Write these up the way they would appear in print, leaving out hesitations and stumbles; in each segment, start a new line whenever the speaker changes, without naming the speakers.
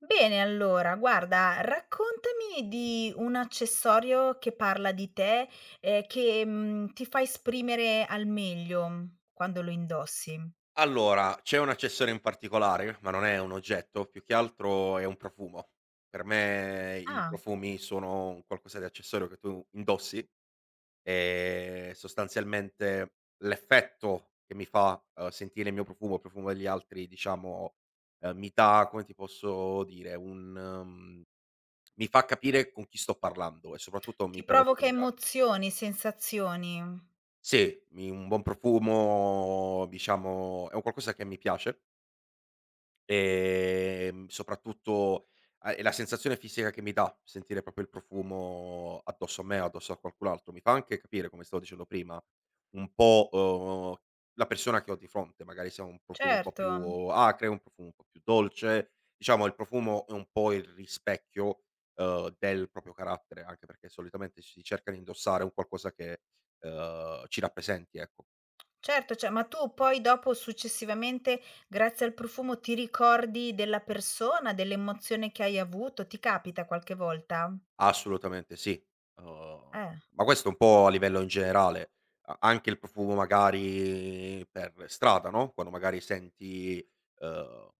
Bene, allora guarda, raccontami di un accessorio che parla di te, che, ti fa esprimere al meglio quando lo indossi.
Allora, c'è un accessorio in particolare, ma non è un oggetto, più che altro è un profumo. Per me i
Ah,
profumi sono un qualcosa di accessorio che tu indossi e sostanzialmente l'effetto che mi fa, sentire il mio profumo, il profumo degli altri, diciamo, mi dà, come ti posso dire, un mi fa capire con chi sto parlando e soprattutto
ti
mi permette di
provoca
comunicare.
emozioni, sensazioni.
Sì, mi un buon profumo, diciamo, è un qualcosa che mi piace. Soprattutto a è la sensazione fisica che mi dà sentire proprio il profumo addosso a me, addosso a qualcun altro. Mi fa anche capire, come stavo dicendo prima, un po', la persona che ho di fronte, magari se ha un profumo un po'
Certo,
più acre, un profumo un po' più dolce. Diciamo il profumo è un po' il rispecchio, del proprio carattere, anche perché solitamente si cerca di indossare un qualcosa che, ci rappresenti, ecco.
certo, cioè ma tu poi dopo successivamente, grazie al profumo, ti ricordi della persona, dell'emozione che hai avuto? Ti capita qualche volta?
Assolutamente sì. Uhm,
Eh,
ma questo un po' a livello in generale, a anche il profumo magari per strada, no, quando magari senti, uhm,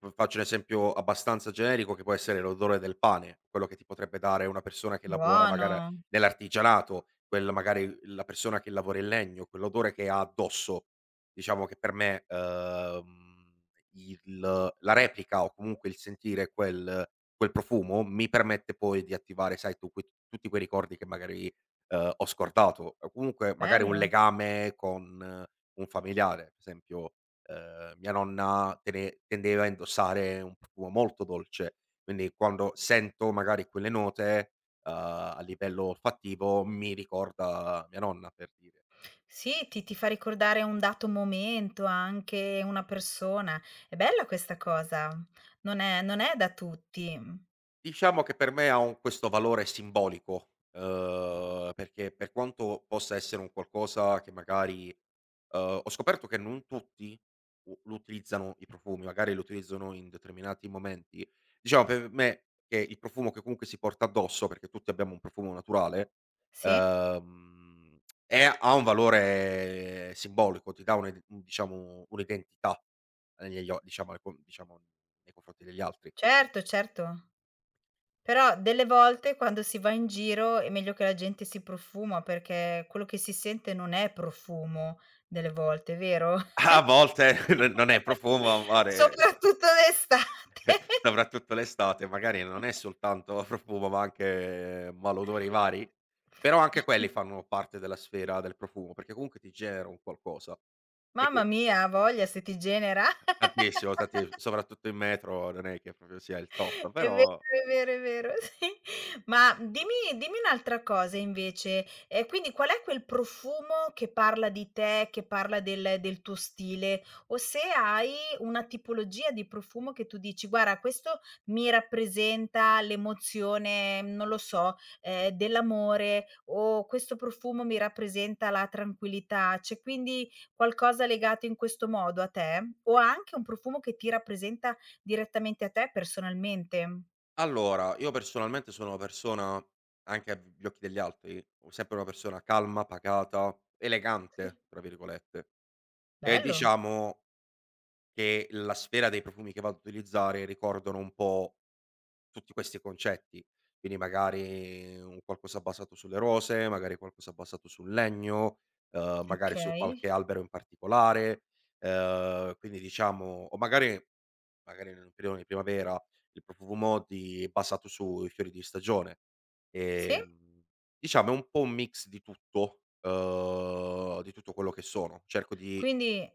f faccio un esempio abbastanza generico che può essere l'odore del pane, quello che ti potrebbe dare una persona che lavora magari
buono,
nell'artigianato, quel magari la persona che lavora in legno, quell'odore che ha addosso. Diciamo che per me, il la replica o comunque il sentire quel quel profumo mi permette poi di attivare, sai, tu que tutti quei ricordi che magari, ho scordato o comunque magari un
bello.
legame con un familiare. Per esempio, mia nonna tene tendeva a indossare un profumo molto dolce, quindi quando sento magari quelle note, a livello olfattivo mi ricorda mia nonna, per dire.
Sì, ti fa ricordare un dato momento, anche una persona. È bella questa cosa, non è da tutti. Mh.
Diciamo che per me ha un questo valore simbolico, perché per quanto possa essere un qualcosa che magari ho scoperto che non tutti u lo utilizzano i profumi, magari lo utilizzano in determinati momenti. Diciamo per me che il profumo che comunque si porta addosso, perché tutti abbiamo un profumo naturale,
Sì?
uhm, è ha un valore simbolico, ti dà un id diciamo un'identità negli o diciamo diciamo nei confronti degli altri.
Certo, certo. Però delle volte quando si va in giro è meglio che la gente si profuma, perché quello che si sente non è profumo delle volte, vero?
A volte n non è profumo, amore, so
Soprattutto d'estate.
soprattutto l'estate, magari non è soltanto profumo, ma anche malodori vari, però anche quelli fanno parte della sfera del profumo, perché comunque ti genera un qualcosa. E
Mamma
qui
mia, ha voglia se ti genera.
tantissimo, tanti soprattutto in metro non è che proprio sia il top,
È vero,
però
è vero, è vero, sì. Ma dimmi un'altra cosa invece, quindi qual è quel profumo che parla di te, che parla del tuo stile, o se hai una tipologia di profumo che tu dici: "Guarda, questo mi rappresenta l'emozione", non lo so, dell'amore, o questo profumo mi rappresenta la tranquillità. C'è quindi qualcosa legato in questo modo a te? O anche un profumo che ti rappresenta direttamente a te personalmente?
allora, io personalmente sono una persona, anche agli occhi degli altri, sempre una persona calma, pacata,
Sì.
"elegante" tra virgolette e
Bello,
diciamo che la sfera dei profumi che vado ad utilizzare ricordano un po' tutti questi concetti, quindi magari un qualcosa basato sulle rose, magari qualcosa basato sul legno, magari su
okay.
qualche albero in particolare, quindi diciamo o magari magari nel periodo di primavera il profumo di basato sui fiori di stagione.
Sì?
Ehm, diciamo è un po' un mix di tutto quello che sono. Cerco di
Quindi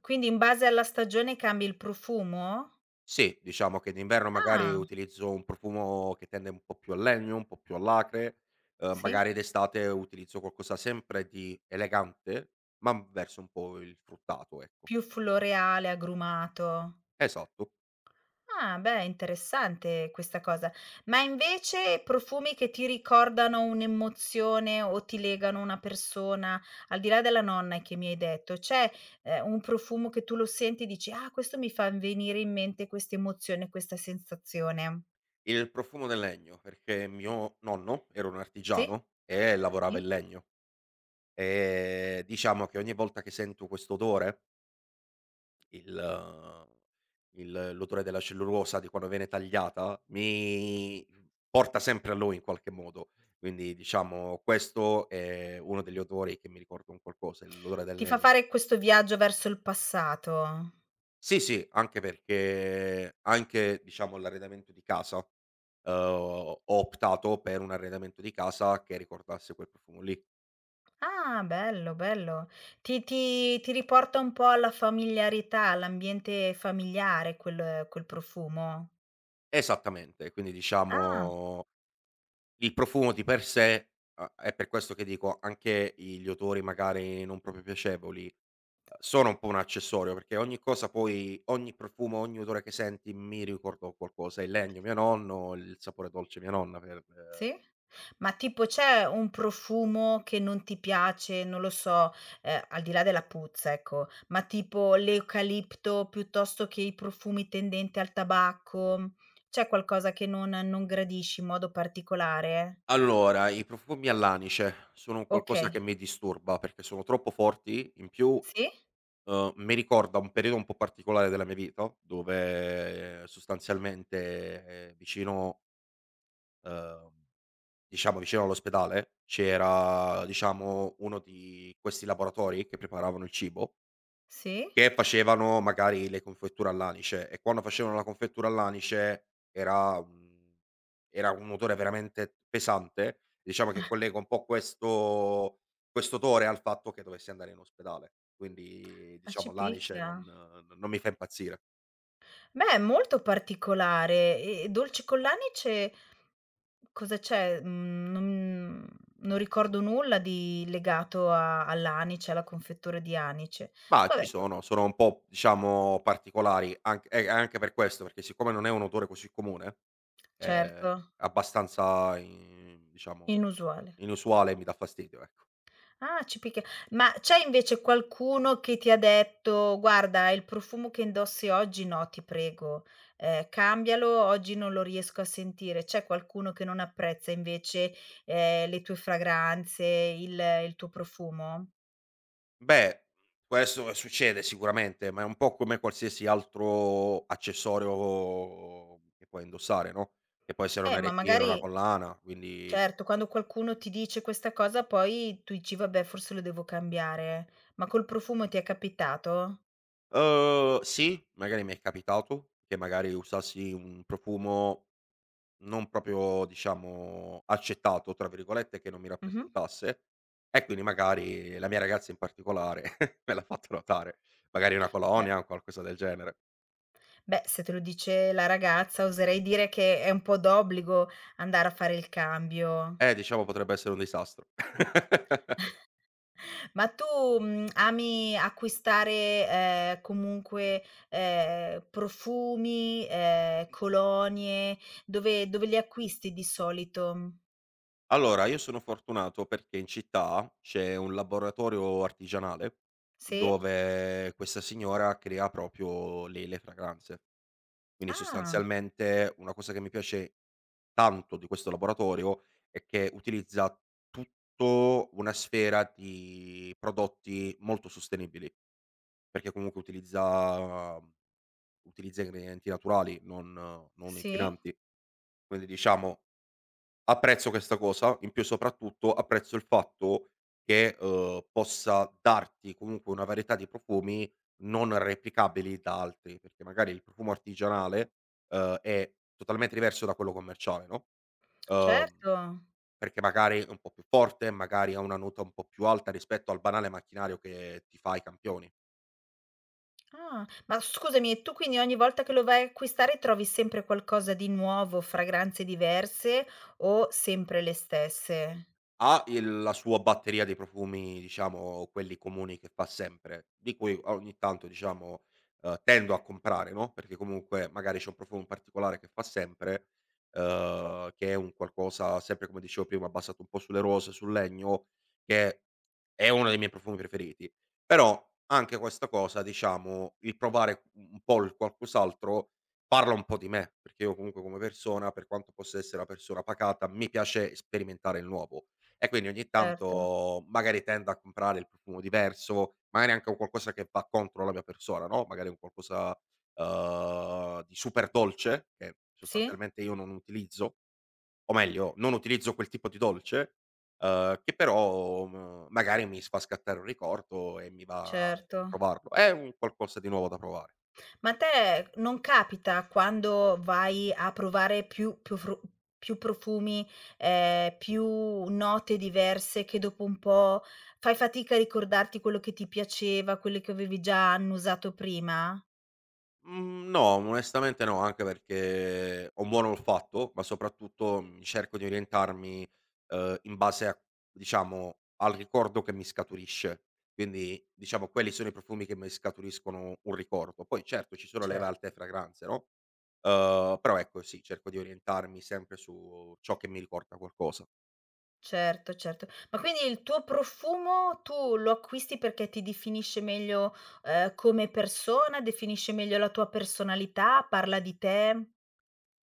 quindi in base alla stagione cambi il profumo?
sì, diciamo che d'inverno magari
Ah,
utilizzo un profumo che tende un po' più al legno, un po' più all'acre,
sì?
magari d'estate utilizzo qualcosa sempre di elegante, ma verso un po' il fruttato, ecco.
Più floreale, agrumato.
Esatto,
Ah, beh, interessante questa cosa. Ma invece profumi che ti ricordano un'emozione o ti legano a una persona, al di là della nonna che mi hai detto, c'è, un profumo che tu lo senti e dici: "Ah, questo mi fa venire in mente questa emozione, questa sensazione"?
il profumo del legno, perché mio nonno era un
Sì.
artigiano e lavorava
Sì.
in legno, e diciamo che ogni volta che sento questo odore il il l'odore della cellulosa di quando viene tagliata mi porta sempre a lui in qualche modo. Quindi diciamo questo è uno degli odori che mi ricorda un qualcosa, il l'odore del
Ti fa
legno.
fare questo viaggio verso il passato.
Sì, sì, anche perché anche diciamo l'arredamento di casa, ho optato per un arredamento di casa che ricordasse quel profumo lì.
Ah, bello, bello. Ti riporta un po' alla familiarità, all'ambiente familiare quel profumo?
Esattamente, quindi
Ah,
diciamo il profumo di per sé a è per questo che dico anche i gli odori magari non proprio piacevoli, sono un po' un accessorio, perché ogni cosa poi ogni profumo, ogni odore che senti mi ricorda qualcosa. Il legno mio nonno, il sapore dolce mia nonna per.
sì? Ma tipo c'è un profumo che non ti piace, non lo so, al di là della puzza ecco, ma tipo l'eucalipto piuttosto che i profumi tendenti al tabacco, c'è qualcosa che non gradisci in modo particolare?
Allora, i profumi all'anice sono un qualcosa che
Okay.
mi disturba, perché sono troppo forti, in più,
Sì,
mi ricorda un periodo un po' particolare della mia vita, dove sostanzialmente, vicino, uhm diciamo vicino all'ospedale c'era, diciamo, uno di questi laboratori che preparavano il cibo,
sì.
che facevano magari le confetture all'anice e quando facevano la confettura all'anice era un odore veramente pesante. Diciamo che collega un po' questo questo odore al fatto che dovessi andare in ospedale. Quindi
Ah, ci
diciamo l'anice
picchia.
non mi fa impazzire.
Beh, è molto particolare. E dolci con l'anice cosa c'è? Mhmm, non ricordo nulla di legato a all'anice, alla confettura di anice.
Ma ci
Vabbè, p
sono, sono un po' diciamo particolari anche per questo, perché siccome non è un odore così comune è
certo,
abbastanza in diciamo
inusuale.
inusuale e mi dà fastidio, ecco.
Ah, ci picchia. Ma c'è invece qualcuno che ti ha detto: "Guarda, il profumo che indossi oggi no, ti prego, cambialo, oggi non lo riesco a sentire." C'è qualcuno che non apprezza invece, le tue fragranze, il tuo profumo?
Beh, questo succede sicuramente, ma è un po' come qualsiasi altro accessorio che puoi indossare, no, che può essere un
Ma
orecchino, una
magari
collana, quindi
certo, quando qualcuno ti dice questa cosa poi tu dici: "Vabbè, forse lo devo cambiare." Ma col profumo ti è capitato?
sì, magari mi è capitato che magari usassi un profumo non proprio diciamo "accettato" tra virgolette, che non mi
Mh-mh.
rappresentasse e quindi magari la mia ragazza in particolare me l'ha fatto notare, magari una
Beh.
colonia o qualcosa del genere.
Beh, se te lo dice la ragazza oserei dire che è un po' d'obbligo andare a fare il cambio.
Diciamo potrebbe essere un disastro.
Ma tu, ami acquistare, comunque, profumi, colonie, dove li acquisti di solito?
Allora, io sono fortunato perché in città c'è un laboratorio artigianale
Sì?
dove questa signora crea proprio le fragranze. Quindi
Ah,
sostanzialmente una cosa che mi piace tanto di questo laboratorio è che utilizza tutto una sfera di prodotti molto sostenibili, perché comunque utilizza utilizza ingredienti naturali, non
sì,
inquinanti. Quindi diciamo apprezzo questa cosa, in più soprattutto apprezzo il fatto che, possa darti comunque una varietà di profumi non replicabili da altri, perché magari il profumo artigianale, è totalmente diverso da quello commerciale, no, uhm,
certo.
perché magari è un po' più forte, magari ha una nota un po' più alta rispetto al banale macchinario che ti fa i campioni.
Ah, ma scusami, e tu quindi ogni volta che lo vai a acquistare trovi sempre qualcosa di nuovo, fragranze diverse o sempre le stesse?
Ha il la sua batteria di profumi, diciamo quelli comuni che fa sempre, di cui ogni tanto diciamo, tendo a comprare, no, perché comunque magari c'è un profumo particolare che fa sempre, che è un qualcosa sempre come dicevo prima, basato un po' sulle rose, sul legno, che è uno dei miei profumi preferiti. Però anche questa cosa, diciamo, il provare un po' il qualcos'altro parla un po' di me, perché io comunque come persona, per quanto possa essere una persona pacata, mi piace sperimentare il nuovo. E quindi ogni
Certo,
tanto magari tendo a comprare il profumo diverso, magari anche un qualcosa che va contro la mia persona, no, magari un qualcosa, di super dolce, che
sì,
sostanzialmente io non utilizzo, o meglio, non utilizzo quel tipo di dolce, che però, magari mi s fa scattare un ricordo e mi va
certo.
di provarlo. È un qualcosa di nuovo da provare.
Ma a te non capita quando vai a provare più profumi, più note diverse che dopo un po' fai fatica a ricordarti quello che ti piaceva, quelli che avevi già annusato prima?
Mhmm, no, onestamente no, anche perché ho un buon olfatto, ma soprattutto, cerco di orientarmi, in base a diciamo, al ricordo che mi scaturisce. Quindi, diciamo, quelli sono i profumi che mi scaturiscono un ricordo. Poi certo, ci sono le
Cer
valte fragranze, no, però ecco sì, cerco di orientarmi sempre su ciò che mi ricorda qualcosa.
certo, certo. Ma quindi il tuo profumo tu lo acquisti perché ti definisce meglio, come persona, definisce meglio la tua personalità, parla di te?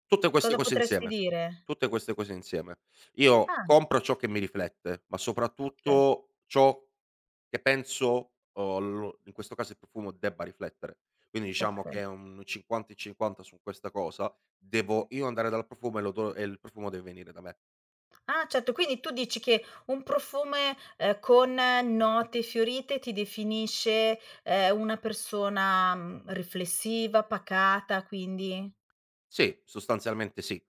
Tutte queste
Cosa
cose
potresti
insieme,
dire?
tutte queste cose insieme. Io
Ah,
compro ciò che mi riflette, ma
okay,
soprattutto ciò che penso, lo in questo caso il profumo debba riflettere. Quindi diciamo che
okay.
è un 50 e 50 su questa cosa, devo io andare dal profumo e l'odo e il profumo deve venire da me.
Ah, certo, quindi tu dici che un profume, con note fiorite ti definisce, una persona, riflessiva, pacata, quindi
Sì, sostanzialmente sì.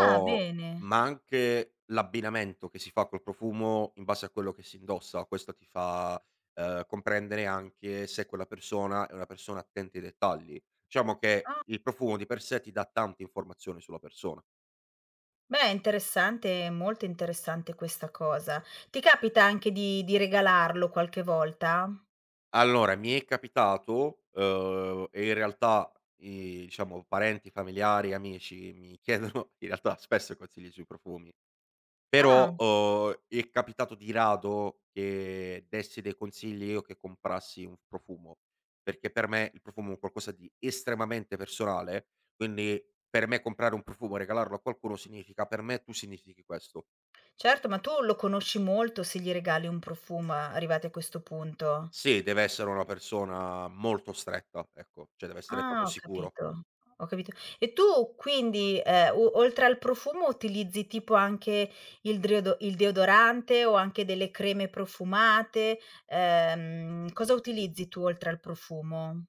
ah, bene.
ma anche l'abbinamento che si fa col profumo in base a quello che si indossa, questo ti fa, comprendere anche se quella persona è una persona attenta ai dettagli. Diciamo che
Ah,
il profumo di per sé ti dà tante informazioni sulla persona.
beh, è interessante, molto interessante questa cosa. Ti capita anche di regalarlo qualche volta?
Allora, mi è capitato, e in realtà i diciamo parenti, familiari, amici mi chiedono in realtà spesso consigli sui profumi,
Ah,
però, è capitato di rado che dessi dei consigli o che comprassi un profumo, perché per me il profumo è un qualcosa di estremamente personale, quindi per me comprare un profumo e regalarlo a qualcuno significa: per me tu significhi questo.
certo, ma tu lo conosci molto se gli regali un profumo arrivati a questo punto.
Se deve essere una persona molto stretta, ecco, cioè deve essere
Ah,
proprio
ho
sicuro.
capito, ho capito. E tu quindi, o oltre al profumo utilizzi tipo anche il deodorante o anche delle creme profumate? Cosa utilizzi tu oltre al profumo?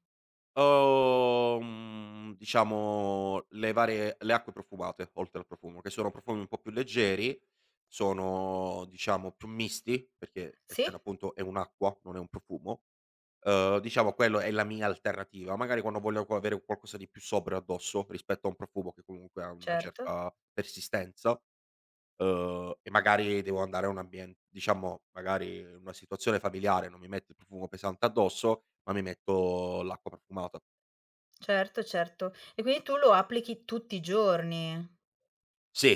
Diciamo le acque profumate, oltre al profumo, che sono profumi un po' più leggeri, sono diciamo più misti, perché
Sì,
essendo appunto è un'acqua, non è un profumo, diciamo quello è la mia alternativa. Magari quando voglio co avere qualcosa di più sobrio addosso, rispetto a un profumo che comunque ha una
certo,
certa persistenza, e magari devo andare a un ambien diciamo magari in una situazione familiare, non mi metto il profumo pesante addosso, ma mi metto l'acqua profumata.
certo, certo. E quindi tu lo applichi tutti i giorni?
Sì,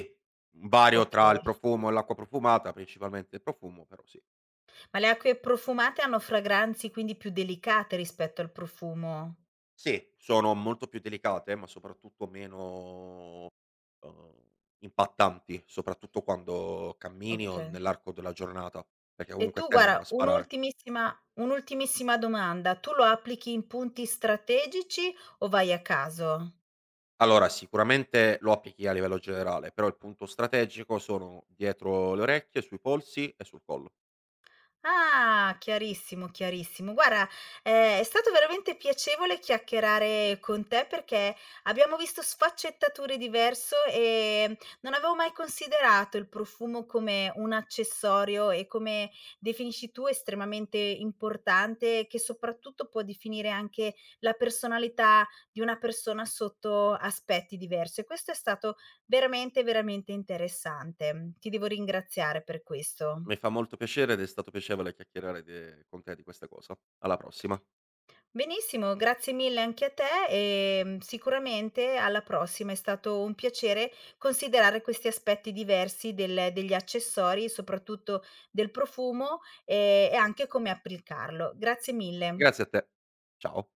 un vario tra il
Okay.
profumo e l'acqua profumata, principalmente il profumo, però sì.
Ma le acque profumate hanno fragranze quindi più delicate rispetto al profumo?
Sì, sono molto più delicate, ma soprattutto meno, uhm, impattanti, soprattutto quando cammini o
Okay.
nell'arco della giornata, perché
E
comunque
tu
tendono
guarda,
a sparare.
un'ultimissima domanda: tu lo applichi in punti strategici o vai a caso?
Allora, sicuramente lo applichi a livello generale, però il punto strategico sono dietro le orecchie, sui polsi e sul collo.
Ah, chiarissimo, chiarissimo. Guarda, è stato veramente piacevole chiacchierare con te perché abbiamo visto sfaccettature diverso, non avevo mai considerato il profumo come un accessorio e come definisci tu estremamente importante, che soprattutto può definire anche la personalità di una persona sotto aspetti diversi e questo è stato veramente, veramente interessante. Ti devo ringraziare per questo.
Mi fa molto piacere ed è stato piacevole chiacchierare de con te di questa cosa. Alla prossima.
Benissimo, grazie mille anche a te e, sicuramente alla prossima. È stato un piacere considerare questi aspetti diversi del degli accessori, soprattutto del profumo, e anche come applicarlo. Grazie mille.
Grazie a te. Ciao.